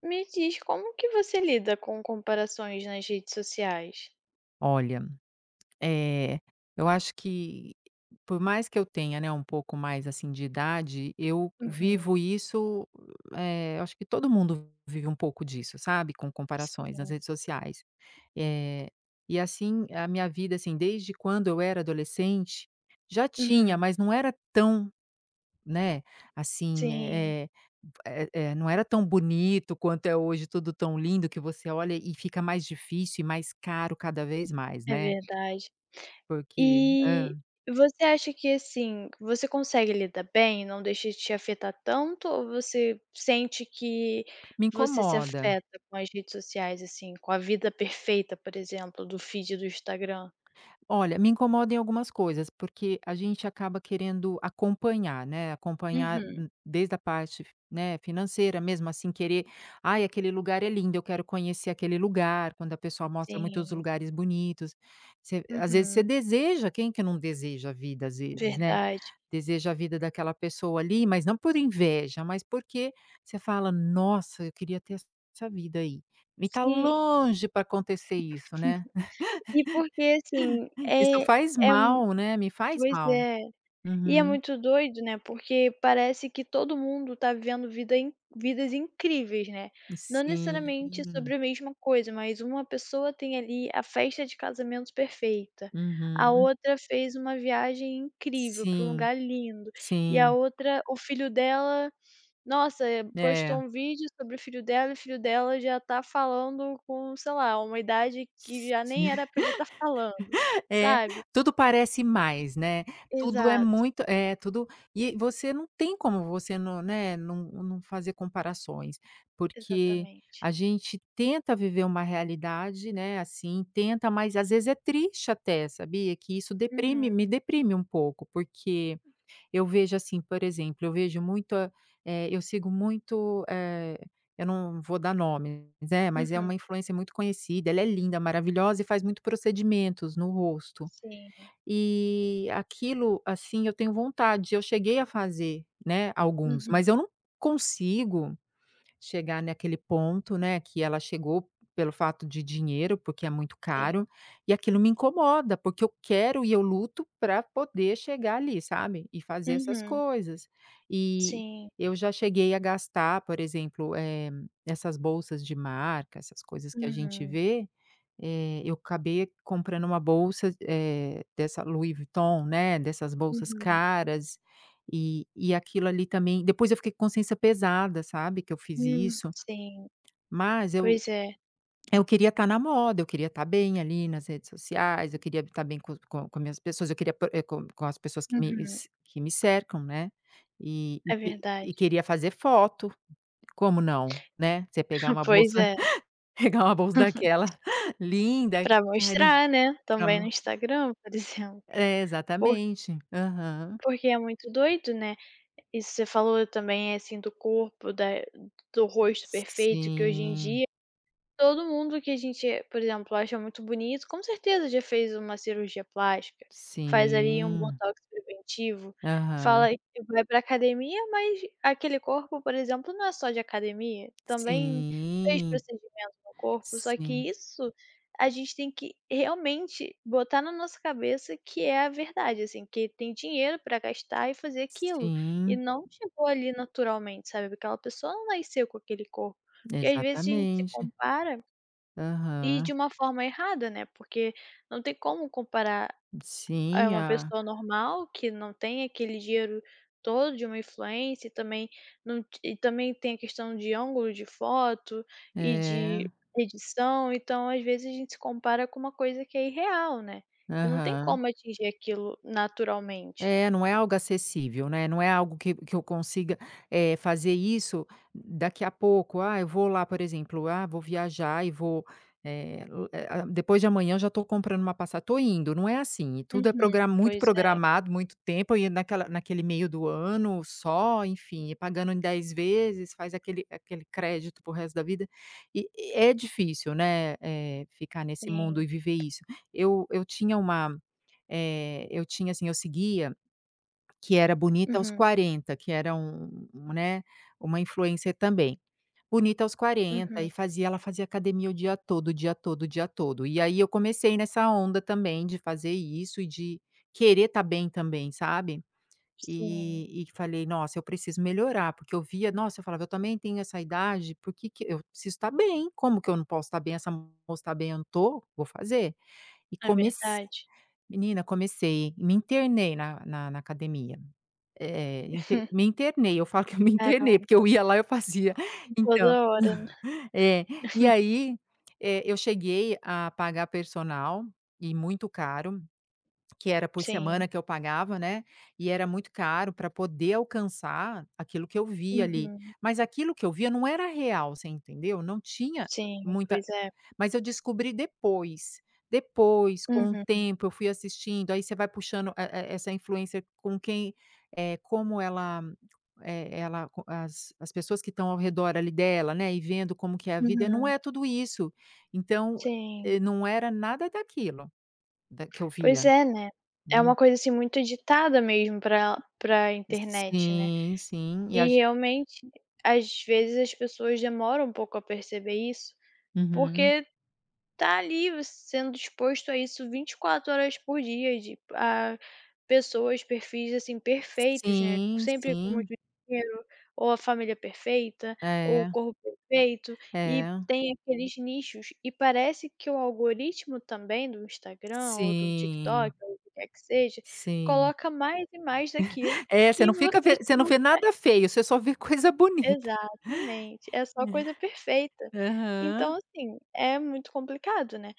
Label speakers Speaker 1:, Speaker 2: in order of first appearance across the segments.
Speaker 1: Me diz, como que você lida com comparações nas redes sociais?
Speaker 2: Olha, eh, eu acho que por mais que eu tenha, né, um pouco mais, assim, de idade, eu
Speaker 1: Uhum,
Speaker 2: vivo isso, eu acho que todo mundo vive um pouco disso, sabe, com comparações nas
Speaker 1: sim.
Speaker 2: redes sociais. Eh, e assim, a minha vida, assim, desde quando eu era adolescente, já tinha,
Speaker 1: Uhum,
Speaker 2: mas não era tão, né, assim,
Speaker 1: sim,
Speaker 2: não era tão bonito quanto é hoje, tudo tão lindo que você olha e fica mais difícil e mais caro cada vez mais,
Speaker 1: é
Speaker 2: né.
Speaker 1: verdade.
Speaker 2: Porque
Speaker 1: E você acha que, assim, você consegue lidar bem, não deixa te afetar tanto ou você sente que
Speaker 2: me
Speaker 1: você se
Speaker 2: incomoda.
Speaker 1: afeta com as redes sociais, assim, com a vida perfeita, por exemplo, do feed do Instagram?
Speaker 2: Olha, me incomoda em algumas coisas, porque a gente acaba querendo acompanhar, né, acompanhar
Speaker 1: Uhum,
Speaker 2: n desde a parte, né, financeira mesmo, assim, querer: "Ai, aquele lugar é lindo, eu quero conhecer aquele lugar", quando a pessoa mostra muitos
Speaker 1: sim.
Speaker 2: lugares bonitos. Você Às vezes você
Speaker 1: Uhum,
Speaker 2: deseja, quem que não deseja a vida, às vezes, né?
Speaker 1: verdade.
Speaker 2: Deseja a vida daquela pessoa ali, mas não por inveja, mas porque você fala: "Nossa, eu queria ter essa vida aí". E tá
Speaker 1: Sim,
Speaker 2: longe para acontecer isso, né.
Speaker 1: e porque, assim,
Speaker 2: Isso
Speaker 1: é
Speaker 2: faz
Speaker 1: é
Speaker 2: mal, né, me faz
Speaker 1: Pois
Speaker 2: mal.
Speaker 1: é. E é
Speaker 2: Uhum.
Speaker 1: muito doido, né, porque parece que todo mundo tá vivendo vidas incríveis, né. Não
Speaker 2: Sim.
Speaker 1: necessariamente sobre a mesma coisa, mas uma pessoa tem ali a festa de casamento perfeita, a
Speaker 2: Uhum.
Speaker 1: outra fez uma viagem incrível para um
Speaker 2: Sim,
Speaker 1: lugar lindo, e a
Speaker 2: sim.
Speaker 1: outra o filho dela, nossa,
Speaker 2: É.
Speaker 1: postou um vídeo sobre o filho dela e o filho dela já tá falando com, sei lá, uma idade que já nem era para ele estar falando,
Speaker 2: É,
Speaker 1: sabe.
Speaker 2: tudo parece mais, né, tudo é
Speaker 1: Exato.
Speaker 2: muito tudo e você não tem como você não fazer comparações, porque
Speaker 1: Exatamente.
Speaker 2: a gente tenta viver uma realidade, né, assim, tenta, mas às vezes é triste até, sabia, que isso deprime me
Speaker 1: Uhum,
Speaker 2: deprime um pouco, porque eu vejo assim, por exemplo, eu vejo muito, eu sigo muito, eu não vou dar nomes, né, mas é uma
Speaker 1: uhum.
Speaker 2: influência muito conhecida, ela é linda, maravilhosa e faz muito procedimentos no rosto.
Speaker 1: Sim,
Speaker 2: E aquilo, assim, eu tenho vontade, eu cheguei a fazer, né, alguns, mas
Speaker 1: uhum,
Speaker 2: eu não consigo chegar naquele ponto, né, que ela chegou pelo fato de dinheiro, porque é muito
Speaker 1: sim.
Speaker 2: caro, e aquilo me incomoda, porque eu quero e eu luto para poder chegar ali, sabe, e fazer essas
Speaker 1: Uhum,
Speaker 2: coisas. E
Speaker 1: sim.
Speaker 2: eu já cheguei a gastar, por exemplo, essas bolsas de marca, essas coisas que a gente
Speaker 1: Uhum,
Speaker 2: vê, eu acabei comprando uma bolsa, dessa Louis Vuitton, né, dessas bolsas
Speaker 1: uhum.
Speaker 2: caras, e aquilo ali também depois eu fiquei com consciência pesada, sabe, que eu fiz isso,
Speaker 1: Sim.
Speaker 2: mas eu
Speaker 1: Pois é.
Speaker 2: eu queria estar na moda, eu queria estar bem ali nas redes sociais, eu queria estar bem com minhas pessoas, eu queria com as pessoas
Speaker 1: Uhum,
Speaker 2: que me cercam, né, e e
Speaker 1: é
Speaker 2: que
Speaker 1: verdade.
Speaker 2: e queria fazer foto, como não, né, você pegar uma bolsa
Speaker 1: Pois é.
Speaker 2: pegar uma bolsa daquela linda,
Speaker 1: Pra
Speaker 2: cari
Speaker 1: mostrar, né,
Speaker 2: pra
Speaker 1: também no
Speaker 2: mo
Speaker 1: Instagram, por exemplo.
Speaker 2: é,
Speaker 1: Por
Speaker 2: exatamente. Aham.
Speaker 1: porque é muito doido, né. Isso você falou também, assim, do corpo, da do rosto perfeito, que hoje em
Speaker 2: Sim,
Speaker 1: dia todo mundo que a gente, por exemplo, acha muito bonito, com certeza já fez uma cirurgia plástica, faz ali um
Speaker 2: sim.
Speaker 1: botox preventivo, fala
Speaker 2: Aham.
Speaker 1: que vai pra academia, mas aquele corpo, por exemplo, não é só de academia, também fez
Speaker 2: Sim,
Speaker 1: procedimento no corpo, só
Speaker 2: sim,
Speaker 1: que isso a gente tem que realmente botar na nossa cabeça que é a verdade, assim, que tem dinheiro pra gastar e fazer aquilo, e
Speaker 2: sim,
Speaker 1: não chegou ali naturalmente, sabe, aquela pessoa não nasceu com aquele corpo, porque às vezes a gente se
Speaker 2: exatamente.
Speaker 1: compara e de
Speaker 2: Aham.
Speaker 1: uma forma errada, né, porque não tem como comparar, é
Speaker 2: Sim,
Speaker 1: uma
Speaker 2: a
Speaker 1: pessoa normal que não tem aquele dinheiro todo de uma influência e também não ti e também tem a questão de ângulo de foto e
Speaker 2: é,
Speaker 1: de edição, então às vezes a gente se compara com uma coisa que é irreal, né, que não tem
Speaker 2: aham.
Speaker 1: como atingir aquilo naturalmente.
Speaker 2: É, não é algo acessível, né, não é algo que eu consiga, fazer isso daqui a pouco. Ah, eu vou lá, por exemplo, ah, vou viajar e vou, depois de amanhã eu já estou comprando uma passa estou indo, não é assim, tudo é
Speaker 1: Uhum.
Speaker 2: progra muito
Speaker 1: Pois é,
Speaker 2: programado, muito tempo e naquela naquele meio do ano só, enfim, e pagando em 10 vezes, faz aquele crédito para resto da vida. E é difícil, né, ficar nesse mundo
Speaker 1: sim.
Speaker 2: e viver isso. Eu tinha uma, eu tinha, assim, eu seguia que era bonita aos
Speaker 1: Uhum,
Speaker 2: 40, que era um, né, uma influencer também. Bonita aos 40
Speaker 1: uhum.
Speaker 2: e fazia ela fazia academia o dia todo, o dia todo, o dia todo. E aí eu comecei nessa onda também de fazer isso e de querer estar bem também, sabe.
Speaker 1: Sim,
Speaker 2: E falei: "Nossa, eu preciso melhorar", porque eu via nossa, eu falava: "Eu também tenho essa idade, por que que eu preciso estar bem, como que eu não posso estar bem? Essa moça está bem, eu não tô, vou fazer". E
Speaker 1: é
Speaker 2: comecei,
Speaker 1: verdade.
Speaker 2: menina, comecei, me internei na academia. É, inte me internei, eu falo que eu me internei, porque
Speaker 1: Caramba,
Speaker 2: eu ia lá, eu fazia. Então,
Speaker 1: toda hora, né.
Speaker 2: é. E aí, eu cheguei a pagar personal, e muito caro, que era por
Speaker 1: Sim.
Speaker 2: semana que eu pagava, né, e era muito caro para poder alcançar aquilo que eu via ali.
Speaker 1: Uhum.
Speaker 2: Mas aquilo que eu via não era real, você entendeu? Não tinha
Speaker 1: Sim,
Speaker 2: muita
Speaker 1: pois é.
Speaker 2: mas eu descobri depois. Depois, com o
Speaker 1: Uhum,
Speaker 2: tempo, eu fui assistindo, aí você vai puxando essa influencer com quem, como ela, ela co as pessoas que estão ao redor ali dela, né, e vendo como que é a vida, não
Speaker 1: uhum.
Speaker 2: é tudo isso. Então,
Speaker 1: Sim.
Speaker 2: não era nada daquilo, da que eu
Speaker 1: Pois
Speaker 2: via.
Speaker 1: é, né. É uma
Speaker 2: Hum.
Speaker 1: coisa, assim, muito ditada mesmo pra internet, né.
Speaker 2: Sim, sim, e a
Speaker 1: E
Speaker 2: gen
Speaker 1: realmente, às vezes as pessoas demoram um pouco a perceber isso,
Speaker 2: uhum.
Speaker 1: porque tá ali sendo exposto a isso 24 horas por dia de a pessoas, perfis, assim, perfeitos, né,
Speaker 2: Sim,
Speaker 1: sempre com
Speaker 2: sim.
Speaker 1: muito dinheiro, ou a família perfeita, ou o
Speaker 2: É,
Speaker 1: corpo perfeito, e
Speaker 2: é.
Speaker 1: tem aqueles nichos. E parece que o algoritmo também do Instagram ou do TikTok
Speaker 2: Sim,
Speaker 1: ou o que quer que seja,
Speaker 2: sim.
Speaker 1: coloca mais e mais daquilo
Speaker 2: É,
Speaker 1: que você está.
Speaker 2: você não vê nada feio, você só vê coisa bonita.
Speaker 1: Exatamente, é só coisa perfeita. Então,
Speaker 2: Aham.
Speaker 1: assim, é muito complicado, né.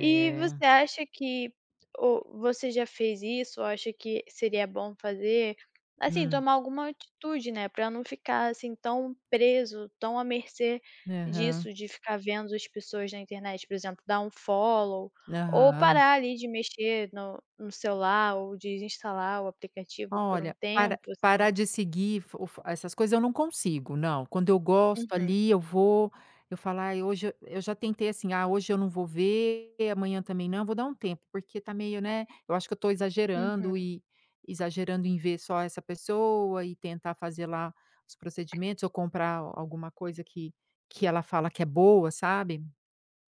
Speaker 1: E você acha que ou você já fez isso ou acha que seria bom fazer? Assim,
Speaker 2: Hum.
Speaker 1: tomar alguma atitude, né, pra não ficar, assim, tão preso, tão à mercê
Speaker 2: Aham.
Speaker 1: disso, de ficar vendo as pessoas na internet, por exemplo, dar um follow ou
Speaker 2: Aham.
Speaker 1: parar ali de mexer no celular ou desinstalar o aplicativo por um
Speaker 2: Olha, para
Speaker 1: tempo, assim.
Speaker 2: parar de seguir fo fo essas coisas eu não consigo, não. Quando eu gosto
Speaker 1: Uhum,
Speaker 2: ali, eu vou, eu falo: "Ai, hoje" eu já tentei assim: "Ah, hoje eu não vou ver, amanhã também não, vou dar um tempo", porque tá meio, né, eu acho que eu tô exagerando
Speaker 1: uhum,
Speaker 2: e exagerando em ver só essa pessoa e tentar fazer lá os procedimentos ou comprar alguma coisa que ela fala que é boa, sabe?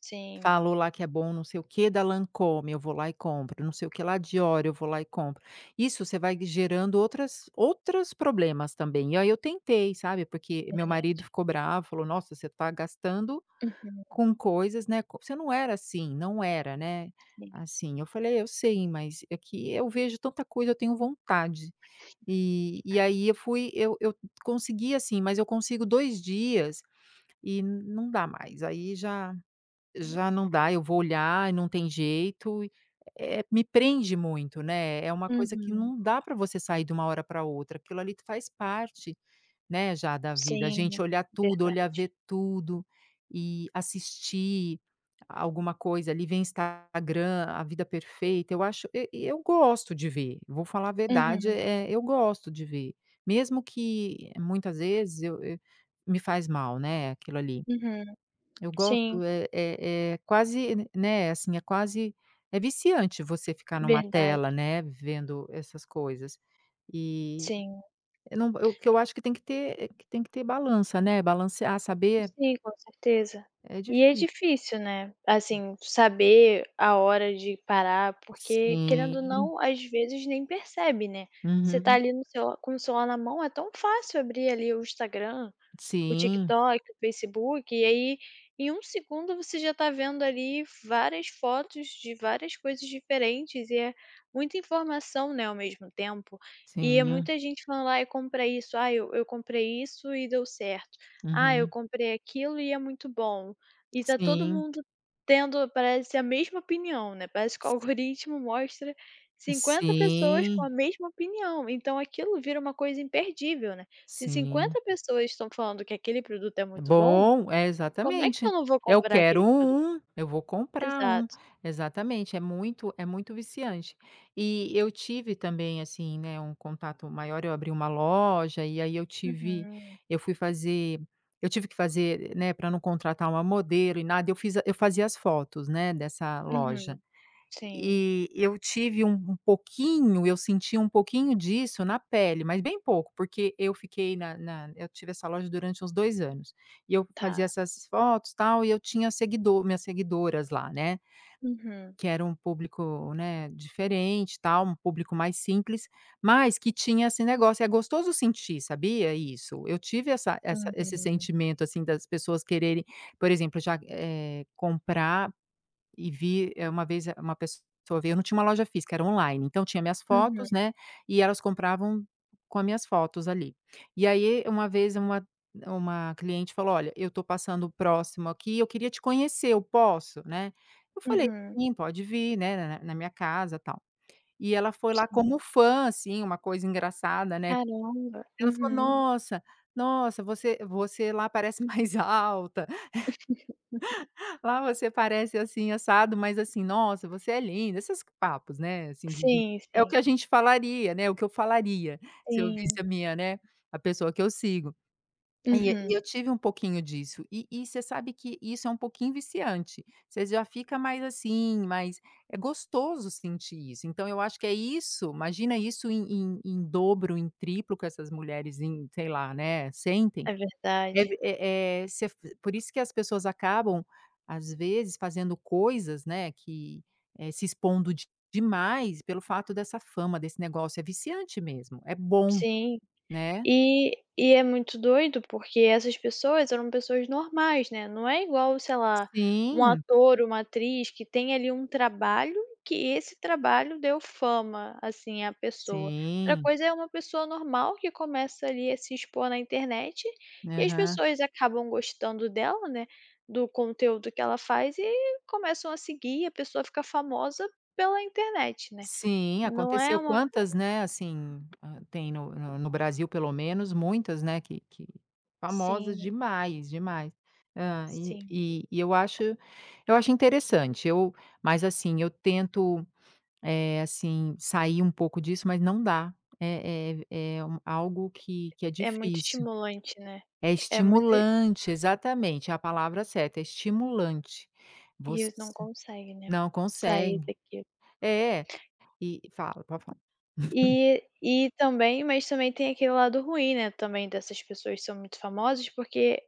Speaker 1: sim.
Speaker 2: Falou lá que é bom não sei o que da Lancôme, eu vou lá e compro, não sei o que lá Dior, eu vou lá e compro. Isso você vai gerando outras outros problemas também. E aí eu tentei, sabe, porque meu
Speaker 1: Verdade.
Speaker 2: marido ficou bravo, falou: "Nossa, você tá gastando
Speaker 1: Uhum.
Speaker 2: com coisas, né, co você não era assim, não era, né,
Speaker 1: Sim,
Speaker 2: assim". Eu falei: "É, eu sei, mas é que eu vejo tanta coisa, eu tenho vontade". E aí eu consegui assim, mas eu consigo 2 dias e não dá mais, aí já
Speaker 1: é.
Speaker 2: não dá, eu vou olhar e não tem jeito, me prende muito, né, é uma coisa que
Speaker 1: Uhum.
Speaker 2: não dá para você sair de uma hora para outra, aquilo ali faz parte, né, já da vida, a gente
Speaker 1: Sim,
Speaker 2: olhar tudo, olhar
Speaker 1: verdade.
Speaker 2: ver tudo, e assistir alguma coisa ali, ver Instagram, a vida perfeita, eu acho e eu gosto de ver, vou falar a verdade,
Speaker 1: Uhum,
Speaker 2: eu gosto de ver, mesmo que muitas vezes eu me faz mal, né, aquilo ali.
Speaker 1: uhum.
Speaker 2: Eu
Speaker 1: Sim,
Speaker 2: gosto, é quase, né, assim, é quase é viciante você ficar numa
Speaker 1: verdade.
Speaker 2: tela, né, vendo essas coisas. E
Speaker 1: Sim,
Speaker 2: eu não eu que eu acho que tem que ter que tem que ter balança, né, balancear, saber,
Speaker 1: sim, com certeza.
Speaker 2: é
Speaker 1: E é
Speaker 2: difícil.
Speaker 1: difícil, né, assim, saber a hora de parar, porque querendo ou
Speaker 2: Sim,
Speaker 1: não, às vezes nem percebe, né. Você tá
Speaker 2: uhum.
Speaker 1: ali no seu com o celular na mão, é tão fácil abrir ali o Instagram, o
Speaker 2: Sim,
Speaker 1: TikTok, o Facebook, e aí em um segundo você já tá vendo ali várias fotos de várias coisas diferentes e é muita informação, né, ao mesmo tempo. E é
Speaker 2: sim,
Speaker 1: muita gente falando: ah, eu comprei isso. Ah, eu comprei isso e deu certo. Ah, eu
Speaker 2: uhum.
Speaker 1: comprei aquilo e é muito bom. E tá todo
Speaker 2: Sim,
Speaker 1: mundo tendo, parece, a mesma opinião, né, parece que o algoritmo mostra 50 pessoas com
Speaker 2: sim,
Speaker 1: a mesma opinião, então aquilo vira uma coisa imperdível, né. Se
Speaker 2: sim.
Speaker 1: 50 pessoas estão falando que aquele produto é
Speaker 2: É
Speaker 1: muito bom,
Speaker 2: bom, é
Speaker 1: como é que
Speaker 2: exatamente.
Speaker 1: eu não vou
Speaker 2: Eu
Speaker 1: comprar
Speaker 2: quero
Speaker 1: aquele produto?
Speaker 2: um, eu vou comprar um.
Speaker 1: Exato.
Speaker 2: Exatamente, é muito viciante. E eu tive também, assim, né, um contato maior, eu abri uma loja e aí
Speaker 1: Uhum,
Speaker 2: eu fui fazer eu tive que fazer, né, para não contratar uma modelo e nada, eu fiz a eu fazia as fotos, né, dessa loja.
Speaker 1: uhum, sim,
Speaker 2: E eu tive um pouquinho, eu senti um pouquinho disso na pele, mas bem pouco, porque eu fiquei na na eu tive essa loja durante uns 2 anos, e eu fazia
Speaker 1: tá.
Speaker 2: essas fotos, tal, e eu tinha seguidor minhas seguidoras lá, né,
Speaker 1: Uhum,
Speaker 2: que era um público, né, diferente, tal, um público mais simples, mas que tinha esse negócio, é gostoso sentir, sabia, isso. Eu tive essa essa esse
Speaker 1: uhum,
Speaker 2: sentimento, assim, das pessoas quererem, por exemplo, já, comprar e vi, uma vez uma pessoa veio eu não tinha uma loja física, era online, então tinha minhas
Speaker 1: uhum,
Speaker 2: fotos, né, e elas compravam com as minhas fotos ali. E aí uma vez uma cliente falou: "Olha, eu tô passando próximo aqui, eu queria te conhecer, eu posso, né?" Eu falei:
Speaker 1: uhum,
Speaker 2: "Sim, pode vir, né, na minha casa, tal". E ela foi lá como
Speaker 1: sim.
Speaker 2: fã, assim, uma coisa engraçada, né.
Speaker 1: Caramba,
Speaker 2: Ela falou:
Speaker 1: uhum.
Speaker 2: "Nossa, nossa, você você lá parece mais alta". Lá você parece assim, assado, mas assim: "Nossa, você é linda", esses papos, né, assim de
Speaker 1: Sim,
Speaker 2: é o
Speaker 1: sim,
Speaker 2: que a gente falaria, né, o que eu falaria se eu
Speaker 1: sim.
Speaker 2: visse a minha, né, a pessoa que eu sigo. E eu
Speaker 1: Uhum,
Speaker 2: tive um pouquinho disso. E você sabe que isso é um pouquinho viciante. Você já fica mais assim, mas é gostoso sentir isso. Então eu acho que é isso, imagina isso em dobro, em triplo que essas mulheres em sei lá, né, sentem.
Speaker 1: é
Speaker 2: É
Speaker 1: verdade.
Speaker 2: ve é é você Por isso que as pessoas acabam, às vezes, fazendo coisas, né, que, se expondo de demais pelo fato dessa fama, desse negócio, é viciante mesmo, é bom,
Speaker 1: Sim.
Speaker 2: né.
Speaker 1: E e é muito doido, porque essas pessoas eram pessoas normais, né, não é igual, sei lá, um
Speaker 2: Sim,
Speaker 1: ator, uma atriz que tem ali um trabalho, que esse trabalho deu fama, assim, à pessoa. Outra
Speaker 2: sim,
Speaker 1: coisa é uma pessoa normal que começa ali a se expor na internet, e as
Speaker 2: aham.
Speaker 1: pessoas acabam gostando dela, né, do conteúdo que ela faz e começam a seguir, e a pessoa fica famosa pela internet, né.
Speaker 2: Sim,
Speaker 1: Não é
Speaker 2: aconteceu
Speaker 1: uma
Speaker 2: quantas, né, assim, tem no Brasil pelo menos muitas, né, que famosas
Speaker 1: Sim,
Speaker 2: demais, demais. Hã,
Speaker 1: sim.
Speaker 2: e eu acho Eu acho interessante, eu mas assim, eu tento assim, sair um pouco disso, mas não dá. É um algo que é
Speaker 1: É muito
Speaker 2: difícil.
Speaker 1: estimulante, né.
Speaker 2: É
Speaker 1: É muito
Speaker 2: estimulante, exatamente, é a palavra certa, é estimulante.
Speaker 1: E
Speaker 2: Você
Speaker 1: eles não conseguem, né,
Speaker 2: não
Speaker 1: sair
Speaker 2: consegue.
Speaker 1: daquilo.
Speaker 2: É, e fala, pode falar.
Speaker 1: E também, mas também tem aquele lado ruim, né, também dessas pessoas que são muito famosas, porque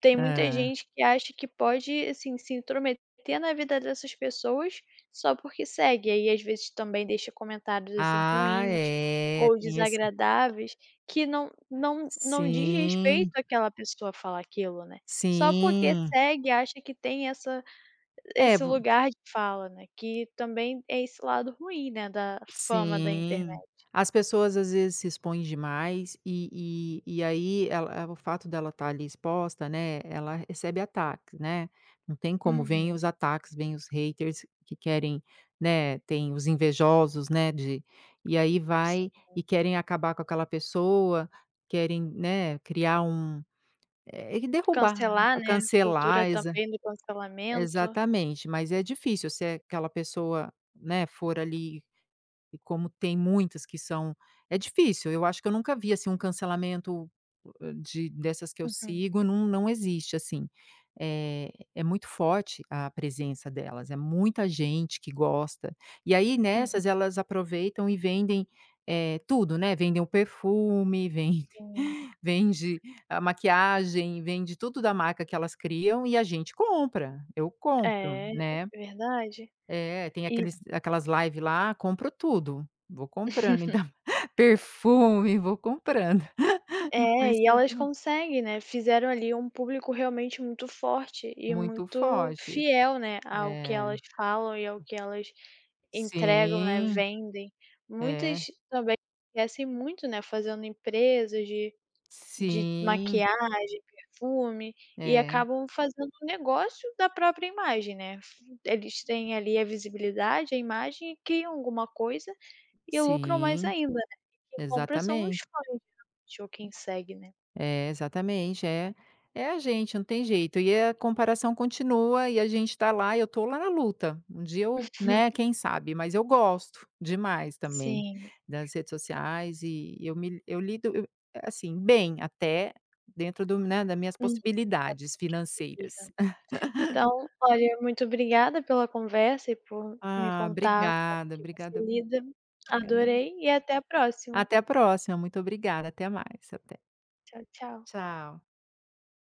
Speaker 1: tem muita
Speaker 2: Hã.
Speaker 1: gente que acha que pode, assim, se intrometer na vida dessas pessoas só porque segue, aí às vezes também deixa comentários, assim,
Speaker 2: Ah,
Speaker 1: ruins
Speaker 2: é,
Speaker 1: ou
Speaker 2: tem esse
Speaker 1: desagradáveis que não diz respeito
Speaker 2: sim,
Speaker 1: àquela pessoa falar aquilo, né. Só porque
Speaker 2: sim.
Speaker 1: segue acha que tem essa
Speaker 2: É,
Speaker 1: esse lugar de fala, né, que também é esse lado ruim, né, da fama da
Speaker 2: sim.
Speaker 1: internet.
Speaker 2: As pessoas às vezes se expõem demais e aí ela o fato dela estar ali exposta, né, ela recebe ataques, né. Não tem como, vem
Speaker 1: Uhum,
Speaker 2: os ataques, vem os haters que querem, né, tem os invejosos, né, de e aí
Speaker 1: sim.
Speaker 2: vai e querem acabar com aquela pessoa, querem, né, criar um é, e derrubar,
Speaker 1: Cancelar, né, cultura
Speaker 2: cancelar,
Speaker 1: também do cancelamento.
Speaker 2: exatamente, mas é difícil se aquela pessoa, né, for ali e como tem muitas que são é difícil, eu acho que eu nunca vi, assim, um cancelamento de dessas que eu
Speaker 1: Uhum,
Speaker 2: sigo, não existe, assim. É muito forte a presença delas, é muita gente que gosta. E aí
Speaker 1: uhum,
Speaker 2: nessas elas aproveitam e vendem, tudo, né, vendem o perfume, vendem
Speaker 1: sim.
Speaker 2: vende a maquiagem, vende tudo da marca que elas criam e a gente compra, eu compro,
Speaker 1: É, é
Speaker 2: né.
Speaker 1: verdade.
Speaker 2: É, tem
Speaker 1: E
Speaker 2: aqueles aquelas live lá, compro tudo, vou comprando, ainda perfume, vou comprando.
Speaker 1: é, e
Speaker 2: Influencer
Speaker 1: elas
Speaker 2: demais.
Speaker 1: conseguem, né, fizeram ali um público realmente muito forte e
Speaker 2: Muito
Speaker 1: muito
Speaker 2: foge.
Speaker 1: fiel, né, ao que
Speaker 2: É.
Speaker 1: elas falam e ao que elas entregam, né,
Speaker 2: Sim,
Speaker 1: vendem. Muitas
Speaker 2: é.
Speaker 1: também crescem muito, né, fazendo empresas de
Speaker 2: Sim,
Speaker 1: maquiagem, perfume, e
Speaker 2: é.
Speaker 1: acabam fazendo um negócio da própria imagem, né. F Eles têm ali a visibilidade, a imagem e criam alguma coisa e lucram mais
Speaker 2: Sim,
Speaker 1: ainda, né. E quem compra são os
Speaker 2: exatamente.
Speaker 1: fãs geralmente ou quem segue, né.
Speaker 2: É, exatamente, é a gente, não tem jeito. E a comparação continua e a gente tá lá, eu tô lá na luta. Um dia eu, né, quem sabe, mas eu gosto demais também
Speaker 1: Sim,
Speaker 2: das redes sociais e eu lido, eu assim, bem até dentro do né, das minhas possibilidades financeiras.
Speaker 1: impossível. Então, olha, muito obrigada pela conversa e por me
Speaker 2: Ah,
Speaker 1: contar como
Speaker 2: obrigada,
Speaker 1: que você
Speaker 2: obrigada,
Speaker 1: lida.
Speaker 2: obrigada.
Speaker 1: Adorei e até a próxima.
Speaker 2: Até a próxima, muito obrigada, até mais, até.
Speaker 1: Tchau, tchau.
Speaker 2: Tchau.